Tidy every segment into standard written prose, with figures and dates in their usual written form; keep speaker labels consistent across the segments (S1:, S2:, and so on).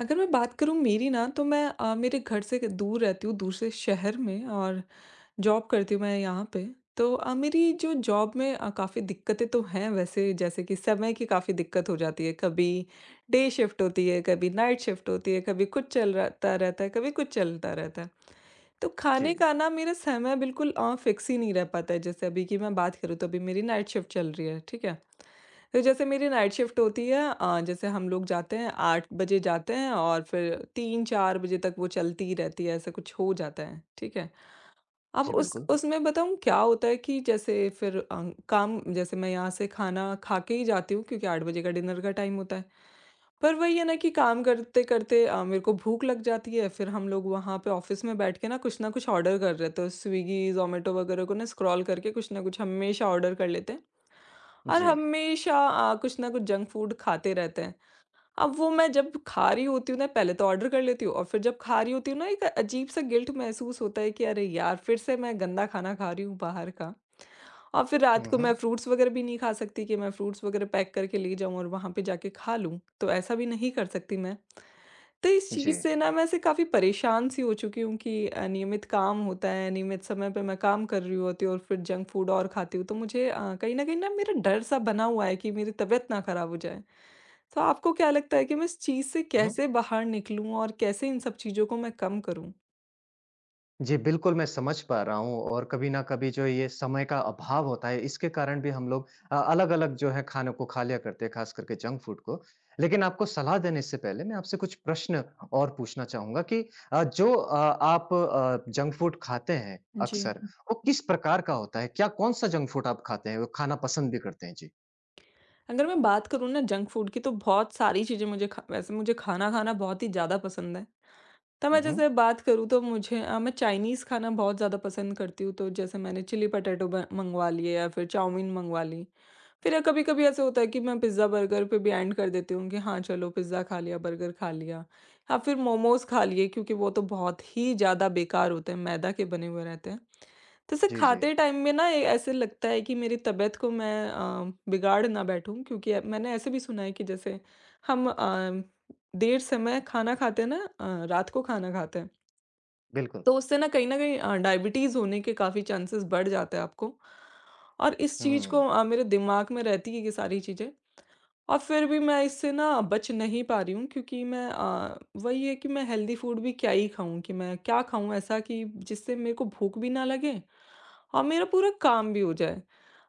S1: अगर मैं बात करूँ मेरी ना तो मैं मेरे घर से दूर रहती हूँ दूसरे शहर में और जॉब करती हूँ मैं यहाँ पे। तो मेरी जो जॉब में काफ़ी दिक्कतें तो हैं वैसे, जैसे कि समय की काफ़ी दिक्कत हो जाती है। कभी डे शिफ्ट होती है, कभी नाइट शिफ्ट होती है, कभी कुछ चल रहता रहता है, कभी कुछ चलता रहता है। तो खाने
S2: जी,
S1: का ना मेरा समय बिल्कुल फिक्स ही नहीं रह पाता है। जैसे अभी की मैं बात करूँ तो अभी मेरी नाइट शिफ्ट चल रही है, ठीक है? तो जैसे मेरी नाइट शिफ्ट होती है, जैसे हम लोग जाते हैं 8 बजे जाते हैं और फिर 3-4 बजे तक वो चलती ही रहती है, ऐसा कुछ हो जाता है, ठीक है? अब
S2: जी,
S1: उस
S2: बिल्कुल।
S1: उसमें बताऊँ क्या होता है कि जैसे फिर काम जैसे मैं यहाँ से खाना खा के ही जाती हूँ क्योंकि 8 बजे का डिनर का टाइम होता है। पर वही है ना कि काम करते-करते मेरे को भूख लग जाती है, फिर हम लोग वहाँ पे ऑफ़िस में बैठ के ना कुछ ऑर्डर कर रहे तो स्विगी, ज़ोमैटो वगैरह को ना स्क्रॉल करके कुछ ना कुछ हमेशा ऑर्डर कर लेते हैं। और
S2: जी।
S1: हमेशा कुछ ना कुछ जंक फूड खाते रहते हैं। अब वो मैं जब खा रही होती हूँ ना पहले तो ऑर्डर कर लेती हूँ और फिर जब खा रही होती हूँ ना एक अजीब सा गिल्ट महसूस होता है कि अरे यार फिर से मैं गंदा खाना खा रही हूँ बाहर का। और फिर रात
S2: हुँ,
S1: को मैं
S2: हुँ।
S1: फ्रूट्स वगैरह भी नहीं खा सकती कि मैं फ्रूट्स वगैरह पैक करके ले जाऊं और वहां पे जाके खा लूं, तो ऐसा भी नहीं कर सकती मैं। तो इस
S2: जी।
S1: चीज से ना मैं ऐसे काफी परेशान सी हो चुकी हूँ कि अनियमित काम होता है, नियमित समय पे मैं काम कर रही होती हूँ और फिर जंक फूड और खाती हूँ, तो मुझे कहीं ना मेरा डर सा बना हुआ है कि मेरी तबीयत ना खराब हो जाए। तो आपको क्या लगता है कि मैं इस चीज़ से
S2: हुँ, हुँ।
S1: कैसे बाहर निकलूँ और कैसे इन सब चीज़ों को मैं कम करूँ?
S2: जी, बिल्कुल मैं समझ पा रहा हूँ और कभी न कभी जो ये समय का अभाव होता है, इसके कारण भी हम लोग अलग-अलग जो है खानों को खा लिया करते हैं, ख़ास करके जंक फूड को। लेकिन आपको सलाह देने से पहले मैं आपसे कुछ प्रश्न और पूछना चाहूँगा कि अ, जो अ, आप जंक फूड खाते हैं
S1: जी।
S2: अक्सर, वो किस प्रकार का होता है? क्या कौन-सा जंक फूड आप खाते हैं और खाना पसंद भी करते हैं? जी।
S1: अगर मैं बात करूँ ना जंक फूड की, तो बहुत सारी चीज़ें मुझे खा वैसे मुझे खाना खाना बहुत ही ज़्यादा पसंद है। तो मैं
S2: हुँ, हुँ।
S1: जैसे बात करूँ तो मैं चाइनीज़ खाना बहुत ज़्यादा पसंद करती हूँ, तो जैसे मैंने चिली पटैटो ब मँगवा लिए या फिर चाउमीन मँगवा ली। फिर कभी-कभी ऐसा होता है कि मैं पिज़्ज़ा बर्गर पे भी एंड कर देती हूँ कि हाँ, चलो पिज़्ज़ा खा लिया, बर्गर खा लिया। या फिर मोमोज़ खा लिए, क्योंकि वो तो बहुत ही ज़्यादा बेकार होते हैं, मैदा के बने हुए रहते हैं। तो ऐसे
S2: जी, जी,
S1: खाते टाइम में ना ए ऐसे लगता है कि मेरी तबीयत को मैं बिगाड़ ना बैठूँ, क्योंकि मैंने ऐसे भी सुना है कि जैसे हम देर समय खाना खाते हैं ना रात को खाना खाते हैं।
S2: बिल्कुल।
S1: तो उससे ना कहीं न कहीं डायबिटीज़ होने के काफ़ी चांसेस बढ़ जाते हैं आपको। और इस चीज़ को
S2: हुँ,
S1: मेरे दिमाग में रहती है ये सारी चीज़ें। और फिर भी मैं इससे ना बच नहीं पा रही हूँ, क्योंकि वही है कि मैं हेल्दी फूड भी क्या ही खाऊँ, कि मैं क्या खाऊँ ऐसा कि जिससे मेरे को भूख भी ना लगे और मेरा पूरा काम भी हो जाए।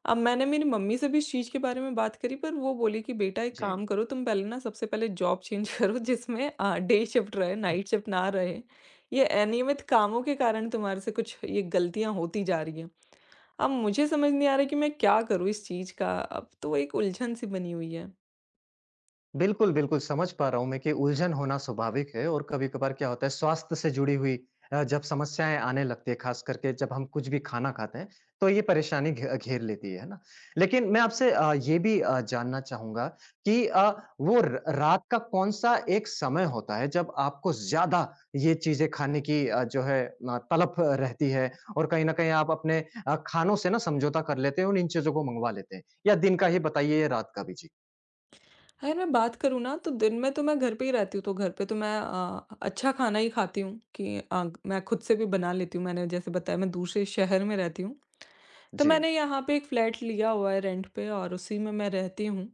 S1: अब मैंने मेरी मम्मी से भी इस चीज़ के बारे में बात करी, पर वो बोली कि बेटा एक काम
S2: जी।
S1: करो, तुम पहले ना सबसे पहले जॉब चेंज करो जिसमें डे शिफ्ट रहे, नाइट शिफ्ट ना रहे। ये अनियमित कामों के कारण तुम्हारे से कुछ ये गलतियाँ होती जा रही हैं। अब मुझे समझ नहीं आ रहा है कि मैं क्या करूँ इस चीज़ का? अब तो एक उलझन-सी बनी हुई है।
S2: बिल्कुल, बिल्कुल, समझ पा रहा हूँ मैं कि उलझन होना स्वाभाविक है और कभी-कभार क्या होता है स्वास्थ्य से जुड़ी हुई जब समस्याएँ आने लगती है, ख़ास करके जब हम कुछ भी खाना खाते हैं, तो ये परेशानी घे घेर लेती है ना? लेकिन मैं आपसे ये भी जानना चाहूँगा कि वो र रात का कौन-सा एक समय होता है जब आपको ज़्यादा ये चीज़ें खाने की तलब रहती है और कहीं न कहीं आप अपने खानों से ना समझौता कर लेते हैं और इन चीज़ों को मँगवा लेते हैं? या दिन का ही बताइए या रात का भी? जी।
S1: अगर मैं बात करूँ ना, तो दिन में तो मैं घर पे ही रहती हूँ, तो घर पे तो मैं अच्छा खाना ही खाती हूँ कि मैं खुद से भी बना लेती हूँ। मैंने जैसे बताया, मैं दूसरे शहर में रहती हूँ। तो
S2: जी।
S1: मैंने यहाँ पे एक फ्लैट लिया हुआ है रेंट पे और उसी में मैं रहती हूँ।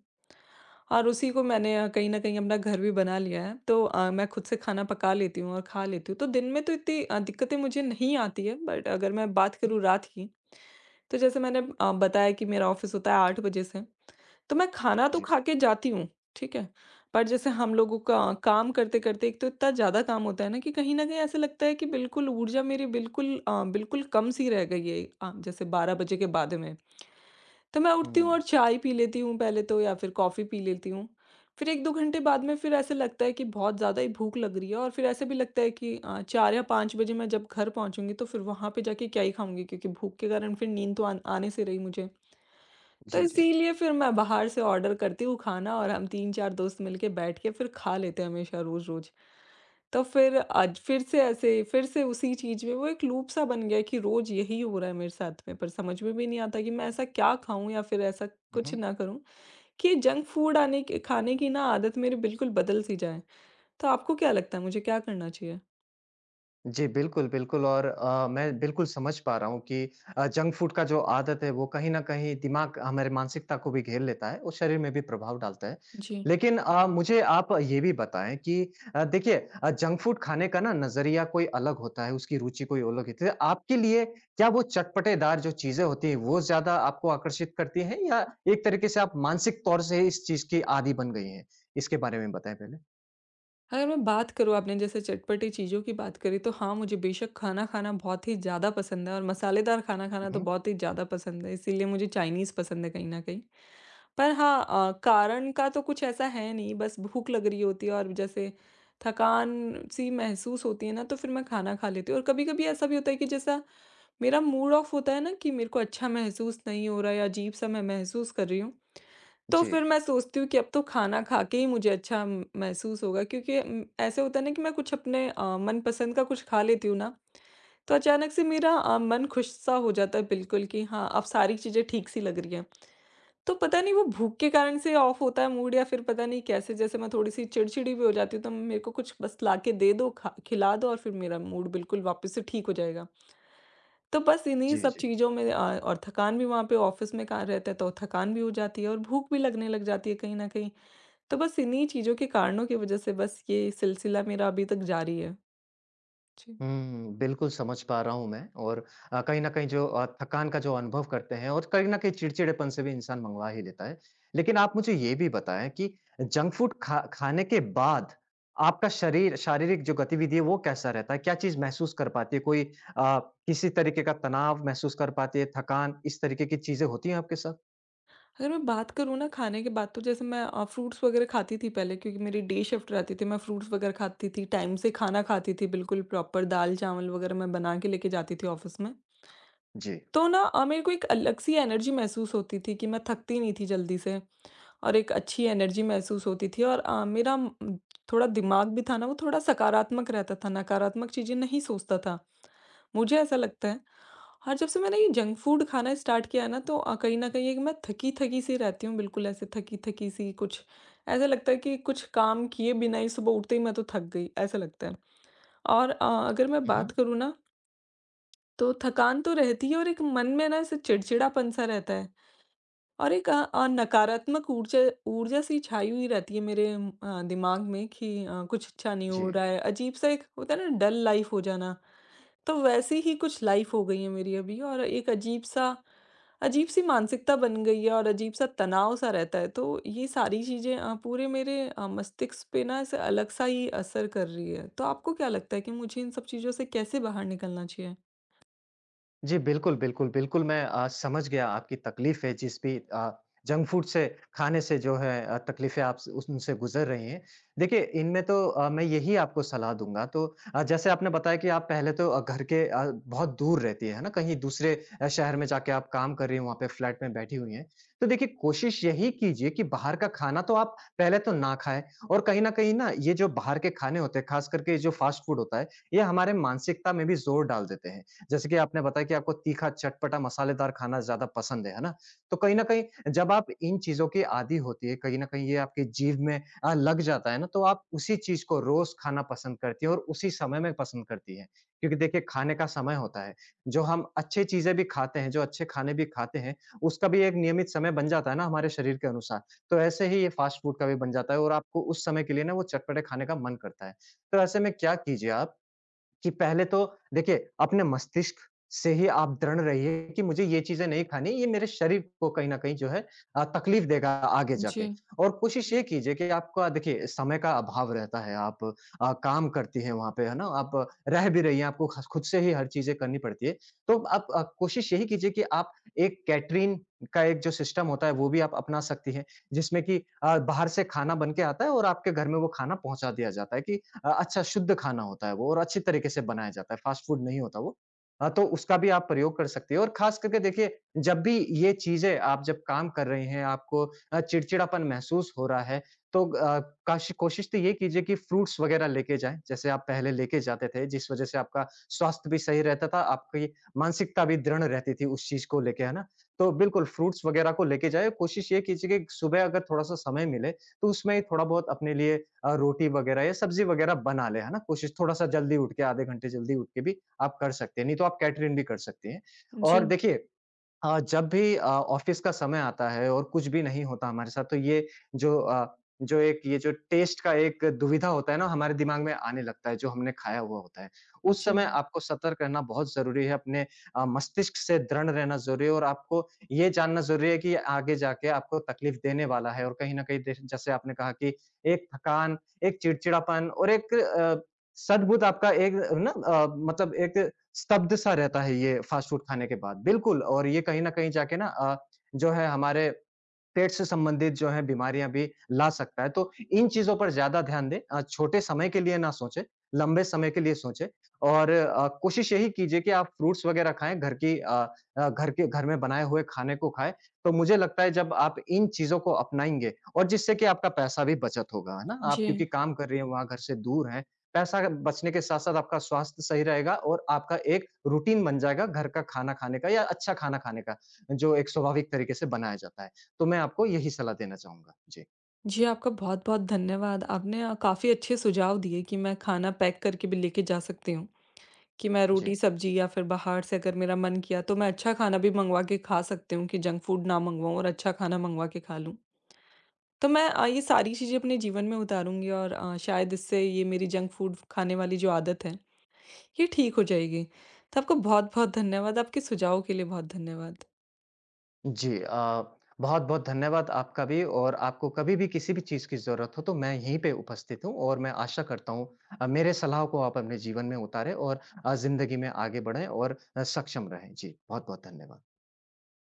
S1: और उसी को मैंने कहीं न कहीं अपना घर भी बना लिया है, तो मैं खुद से खाना पका लेती हूँ और खा लेती हूँ। तो दिन में तो इतनी दिक्कतें मुझे नहीं आती है, बट अगर मैं बात
S2: हुँ।
S1: करूँ रात की, तो जैसे मैंने बताया कि मेरा ऑफ़िस होता है 8 बजे से। तो मैं खाना तो
S2: जी।
S1: खा के जाती हूँ, ठीक है? पर जैसे हम लोगों का काम करते-करते एक तो इतना ज़्यादा काम होता है ना कि कहीं न कहीं ऐसा लगता है कि बिल्कुल ऊर्जा मेरी बिल्कुल बिल्कुल कम-सी रह गई है, जैसे 12 बजे के बाद में। तो मैं उठती हूँ और
S2: हुँ।
S1: चाय पी लेती हूँ पहले तो, या फिर कॉफ़ी पी लेती हूँ। फिर 1-2 घंटे बाद में फिर ऐसा लगता है कि बहुत ज़्यादा ही भूख लग रही है और फिर ऐसे भी लगता है कि 4 या 5 बजे मैं जब घर पहुँचूँगी तो फिर वहाँ पे जाके क्या ही खाऊँगी, क्योंकि भूख के कारण फिर नींद तो आन आने से रही मुझे। तो
S2: जी, जी।
S1: इसीलिए फिर मैं बाहर से ऑर्डर करती हूँ खाना और हम 3-4 दोस्त मिलके बैठ के फिर खा लेते हैं हमेशा रोज़-रोज़। तो फिर आज फिर से ऐसे फिर से उसी चीज़ में वो एक लूप सा बन गया है कि रोज़ यही हो रहा है मेरे साथ में, पर समझ में भी नहीं आता कि मैं ऐसा क्या खाऊँ या फिर ऐसा
S2: हुँ,
S1: कुछ
S2: हुँ।
S1: ना करूँ कि जंक फूड आने की खाने की ना आदत मेरी बिल्कुल बदल सी जाए। तो आपको क्या लगता है मुझे क्या करना चाहिए?
S2: जी, बिल्कुल, बिल्कुल और मैं बिल्कुल समझ पा रहा हूँ कि जंक फूड का जो आदत है, वो कहीं न कहीं दिमाग हमारे मानसिकता को भी घेर लेता है और शरीर में भी प्रभाव डालता है।
S1: जी।
S2: लेकिन मुझे आप ये भी बताएँ कि देखिए जंक फूड खाने का ना नज़रिया कोई अलग होता है, उसकी रुचि कोई अलग होती है। आपके लिए क्या वो चटपटेदार जो चीज़ें होती हैं, वो ज़्यादा आपको आकर्षित करती हैं या एक तरीके से आप मानसिक तौर से इस चीज़ की आदी बन गई हैं? इसके बारे में बताएँ पहले।
S1: अगर मैं बात करूँ आपने जैसे चटपटी चीज़ों की बात करी, तो हाँ, मुझे बेशक खाना खाना बहुत ही ज़्यादा पसंद है और मसालेदार खाना खाना
S2: हुँ,
S1: तो
S2: हुँ।
S1: बहुत ही ज़्यादा पसंद है, इसीलिए मुझे चाइनीज़ पसंद है कहीं न कहीं। पर हाँ, कारण का तो कुछ ऐसा है नहीं, बस भूख लग रही होती है और जैसे थकान-सी महसूस होती है ना, तो फिर मैं खाना खा लेती हूँ। और कभी-कभी ऐसा भी होता है कि जैसा मेरा मूड ऑफ होता है ना कि मेरे को अच्छा महसूस नहीं हो रहा है या अजीब-सा मैं महसूस कर रही हूँ। तो
S2: जी।
S1: फिर मैं सोचती हूँ कि अब तो खाना खा के ही मुझे अच्छा म महसूस होगा, क्योंकि ऐसे होता है ना कि मैं कुछ अपने मनपसंद का कुछ खा लेती हूँ ना, तो अचानक से मेरा मन खुश-सा हो जाता है बिल्कुल कि हाँ, अब सारी चीज़ें ठीक-सी लग रही हैं। तो पता नहीं वो भूख के कारण से ऑफ होता है मूड, या फिर पता नहीं कैसे, जैसे मैं थोड़ी-सी चिड़चिड़ी भी हो जाती हूँ, तो मेरे को कुछ बस ला के दे दो, खा खिला दो और फिर मेरा मूड बिल्कुल वापस से ठीक हो जाएगा। तो बस इन्हीं
S2: जी,
S1: सब
S2: जी।
S1: चीज़ों में और थकान भी वहाँ पे ऑफ़िस में का रहते हैं, तो थकान भी हो जाती है और भूख भी लगने लग जाती है कहीं न कहीं। तो बस इन्हीं चीज़ों के कारणों की वज़ह से बस ये सिलसिला मेरा अभी तक जारी है। जी।
S2: हुँ, बिल्कुल समझ पा रहा हूँ मैं और कहीं न कहीं जो थकान का जो अनुभव करते हैं और कहीं न कहीं चिड़चिड़ेपन से भी इंसान मँगवा ही लेता है। लेकिन आप मुझे ये भी बताएँ कि जंक फूड खा खाने के बाद आपका शरीर शारीरिक जो गतिविधि है वो कैसा रहता है? क्या चीज़ महसूस कर पाती है? कोई अ, किसी तरीके का तनाव महसूस कर पाती है, थकान, इस तरीके की चीज़ें होती हैं आपके साथ?
S1: अगर मैं बात करूँ ना खाने के बाद, तो जैसे मैं फ्रूट्स वग़ैरह खाती थी पहले, क्योंकि मेरी डे शिफ्ट रहती थी, मैं फ्रूट्स वग़ैरह खाती थी, टाइम से खाना खाती थी बिल्कुल प्रॉपर, दाल-चावल वग़ैरह मैं बना के लेके जाती थी ऑफ़िस में।
S2: जी।
S1: तो मेरे को एक अलग सी एनर्जी महसूस होती थी कि मैं थकती नहीं थी जल्दी से। और एक अच्छी एनर्जी महसूस होती थी और मेरा थोड़ा दिमाग भी था ना, वो थोड़ा सकारात्मक रहता था, नकारात्मक चीज़ें नहीं सोचता था। मुझे ऐसा लगता है। और जब से मैंने ये जंक फूड खाना स्टार्ट किया है ना तो कहीं न कहीं एक मैं थकी-थकी सी रहती हूँ, बिल्कुल ऐसे थकी-थकी सी, कुछ ऐसा लगता है कि कुछ काम किए बिना ही सुबह उठते ही मैं तो थक गई, ऐसा लगता है। और अगर मैं
S2: हुँ,
S1: बात
S2: हुँ।
S1: करूँ ना, तो थकान तो रहती है और एक मन में ना ऐसे चिड़चिड़ापन सा रहता है। और एक नकारात्मक ऊर्जा ऊर्जा सी छाई हुई रहती है मेरे दिमाग में कि कुछ अच्छा नहीं
S2: जी।
S1: हो रहा है। अजीब सा एक होता है ना डल लाइफ हो जाना, तो वैसी ही कुछ लाइफ हो गई है मेरी अभी। और एक अजीब सी मानसिकता बन गई है और अजीब सा तनाव सा रहता है। तो ये सारी चीज़ें पूरे मेरे मस्तिष्क पे ना ऐसे अलग सा ही असर कर रही है। तो आपको क्या लगता है कि मुझे इन सब चीज़ों से कैसे बाहर निकलना चाहिए?
S2: जी, बिल्कुल, बिल्कुल, बिल्कुल मैं समझ गया आपकी तकलीफ़ है जिस भी जंक फूड से खाने से जो है तकलीफ़ें आप स उनसे गुज़र रही हैं। देखिए, इनमें तो मैं यही आपको सलाह दूँगा तो जैसे आपने बताया कि आप पहले तो घर के बहुत दूर रहती हैं, है ना? कहीं दूसरे शहर में जाके आप काम कर रही हैं, वहाँ पे फ्लैट में बैठी हुई हैं। तो देखिए, कोशिश यही कीजिए कि बाहर का खाना तो आप पहले तो ना खाएँ और कहीं न कहीं ना ये जो बाहर के खाने होते हैं, ख़ास करके ये जो फ़ास्ट फूड होता है, ये हमारे मानसिकता में भी ज़ोर डाल देते हैं। जैसे कि आपने बताया कि आपको तीखा, चटपटा, मसालेदार खाना ज़्यादा पसंद है ना? तो कहीं न कहीं जब आप इन चीज़ों की आदी होती है, कहीं न कहीं ये आपकी जीभ में लग जाता है ना, तो आप उसी चीज़ को रोज़ खाना पसंद करती हैं और उसी समय में पसंद करती हैं। क्योंकि देखिए खाने का समय होता है, जो हम अच्छी चीज़ें भी खाते हैं, जो अच्छे खाने भी खाते हैं, उसका भी एक नियमित समय बन जाता है ना हमारे शरीर के अनुसार। तो ऐसे ही ये फ़ास्ट फ़ूड का भी बन जाता है और आपको उस समय के लिए ना वो चटपटे खाने का मन करता है। तो ऐसे में क्या कीजिए आप कि पहले तो देखिए, अपने मस्तिष्क से ही आप दृढ़ रहिए कि मुझे ये चीज़ें नहीं खानी, ये मेरे शरीर को कहीं न कहीं जो है तकलीफ देगा आगे जाके।
S1: जी,
S2: और कोशिश ये कीजिए कि आपका देखिए समय का अभाव रहता है, आप काम करती हैं वहाँ पे, है ना? आप रह भी रही हैं, आपको ख़स खुद से ही हर चीज़ें करनी पड़ती है। तो आप कोशिश यही कीजिए कि आप एक कैटरिंग का एक जो सिस्टम होता है, वो भी आप अपना सकती हैं, जिसमें कि बाहर से खाना बन के आता है और आपके घर में वो खाना पहुँचा दिया जाता है कि अच्छा शुद्ध खाना होता है वो और अच्छी तरीके से बनाया जाता है, फ़ास्ट फूड नहीं होता वो। हाँ, तो उसका भी आप प्रयोग कर सकते हो और ख़ास करके देखिए, जब भी ये चीज़ें आप जब काम कर रहे हैं, आपको चिड़चिड़ापन महसूस हो रहा है, तो अ, काश कोशिश तो ये कीजिए कि फ्रूट्स वग़ैरह लेके जाएँ, जैसे आप पहले लेके जाते थे, जिस वज़ह से आपका स्वास्थ्य भी सही रहता था, आपकी मानसिकता भी दृढ़ रहती थी उस चीज़ को लेके, है ना? तो बिल्कुल फ्रूट्स वग़ैरह को लेके जाएँ, कोशिश ये कीजिए कि सुबह अगर थोड़ा-सा समय मिले, तो उसमें थोड़ा बहुत अपने लिए रोटी वगैरह या सब्ज़ी वगैरह बना लें, है ना? कोशिश थोड़ा-सा जल्दी उठ के आधे घंटे जल्दी उठ के भी आप कर सकते हैं, नहीं तो आप कैटरिंग भी कर सकती हैं। और
S1: जी,
S2: देखिए जब भी ऑफ़िस का समय आता है और कुछ भी नहीं होता हमारे साथ तो ये जो अ, जो एक ये जो टेस्ट का एक दुविधा होता है ना हमारे दिमाग में आने लगता है जो हमने खाया हुआ होता है। उस
S1: जी,
S2: समय जी। आपको सतर्क रहना बहुत ज़रूरी है अपने मस्तिष्क से दृढ़ रहना ज़रूरी है और आपको ये जानना ज़रूरी है कि ये आगे जाके आपको तकलीफ़ देने वाला है और कहीं न कहीं देख जैसे आपने कहा कि एक थकान, एक चिड़चिड़ापन और एक अ, सद्बुद आपका एक ना अ, मतलब एक स्तब्ध-सा रहता है ये फास्ट फूड खाने के बाद। बिल्कुल और ये कहीं न कहीं जाके ना जो है हमारे पेट से संबंधित जो है बीमारियाँ भी ला सकता है। तो इन चीज़ों पर ज़्यादा ध्यान दें छोटे समय के लिए ना सोचें, लंबे समय के लिए सोचें और कोशिश यही कीजिए कि आप फ्रूट्स वग़ैरह खाएँ, घर की अ अ, घर के घर में बनाए हुए खाने को खाएँ। तो मुझे लगता है जब आप इन चीज़ों को अपनाएँगे और जिससे कि आपका पैसा भी बचत होगा, है ना? आप
S1: जी।
S2: क्योंकि काम कर रही हैं, वहाँ घर से दूर हैं, पैसा बचने के साथ-साथ आपका स्वास्थ्य सही रहेगा और आपका एक रूटीन बन जाएगा घर का खाना खाने का या अच्छा खाना खाने का, जो एक स्वाभाविक तरीके से बनाया जाता है। तो मैं आपको यही सलाह देना चाहूँगा। जी।
S1: जी, आपका बहुत-बहुत धन्यवाद। आपने काफ़ी अच्छे सुझाव दिए कि मैं खाना पैक करके भी लेके जा सकती हूँ, कि मैं
S2: जी।
S1: रोटी-सब्ज़ी या फिर बाहर से अगर मेरा मन किया तो मैं अच्छा खाना भी मँगवा के खा सकती हूँ, कि जंक फूड ना मँगवाऊँ और अच्छा खाना मँगवा के खा लूँ। तो मैं ये सारी चीज़ें अपने जीवन में उतारूँगी और शायद इससे ये मेरी जंक फूड खाने वाली जो आदत है, ये ठीक हो जाएगी। तो आपका बहुत-बहुत धन्यवाद। आपके सुझाव के लिए बहुत धन्यवाद।
S2: जी अ, बहुत-बहुत धन्यवाद आपका भी और आपको कभी भी किसी भी चीज़ की ज़रूरत हो तो मैं यहीं पे उपस्थित हूँ और मैं आशा करता हूँ मेरे सलाह को आप अपने जीवन में उतारें और ज़िंदगी में आगे बढ़ें और सक्षम रहें। जी, बहुत-बहुत धन्यवाद।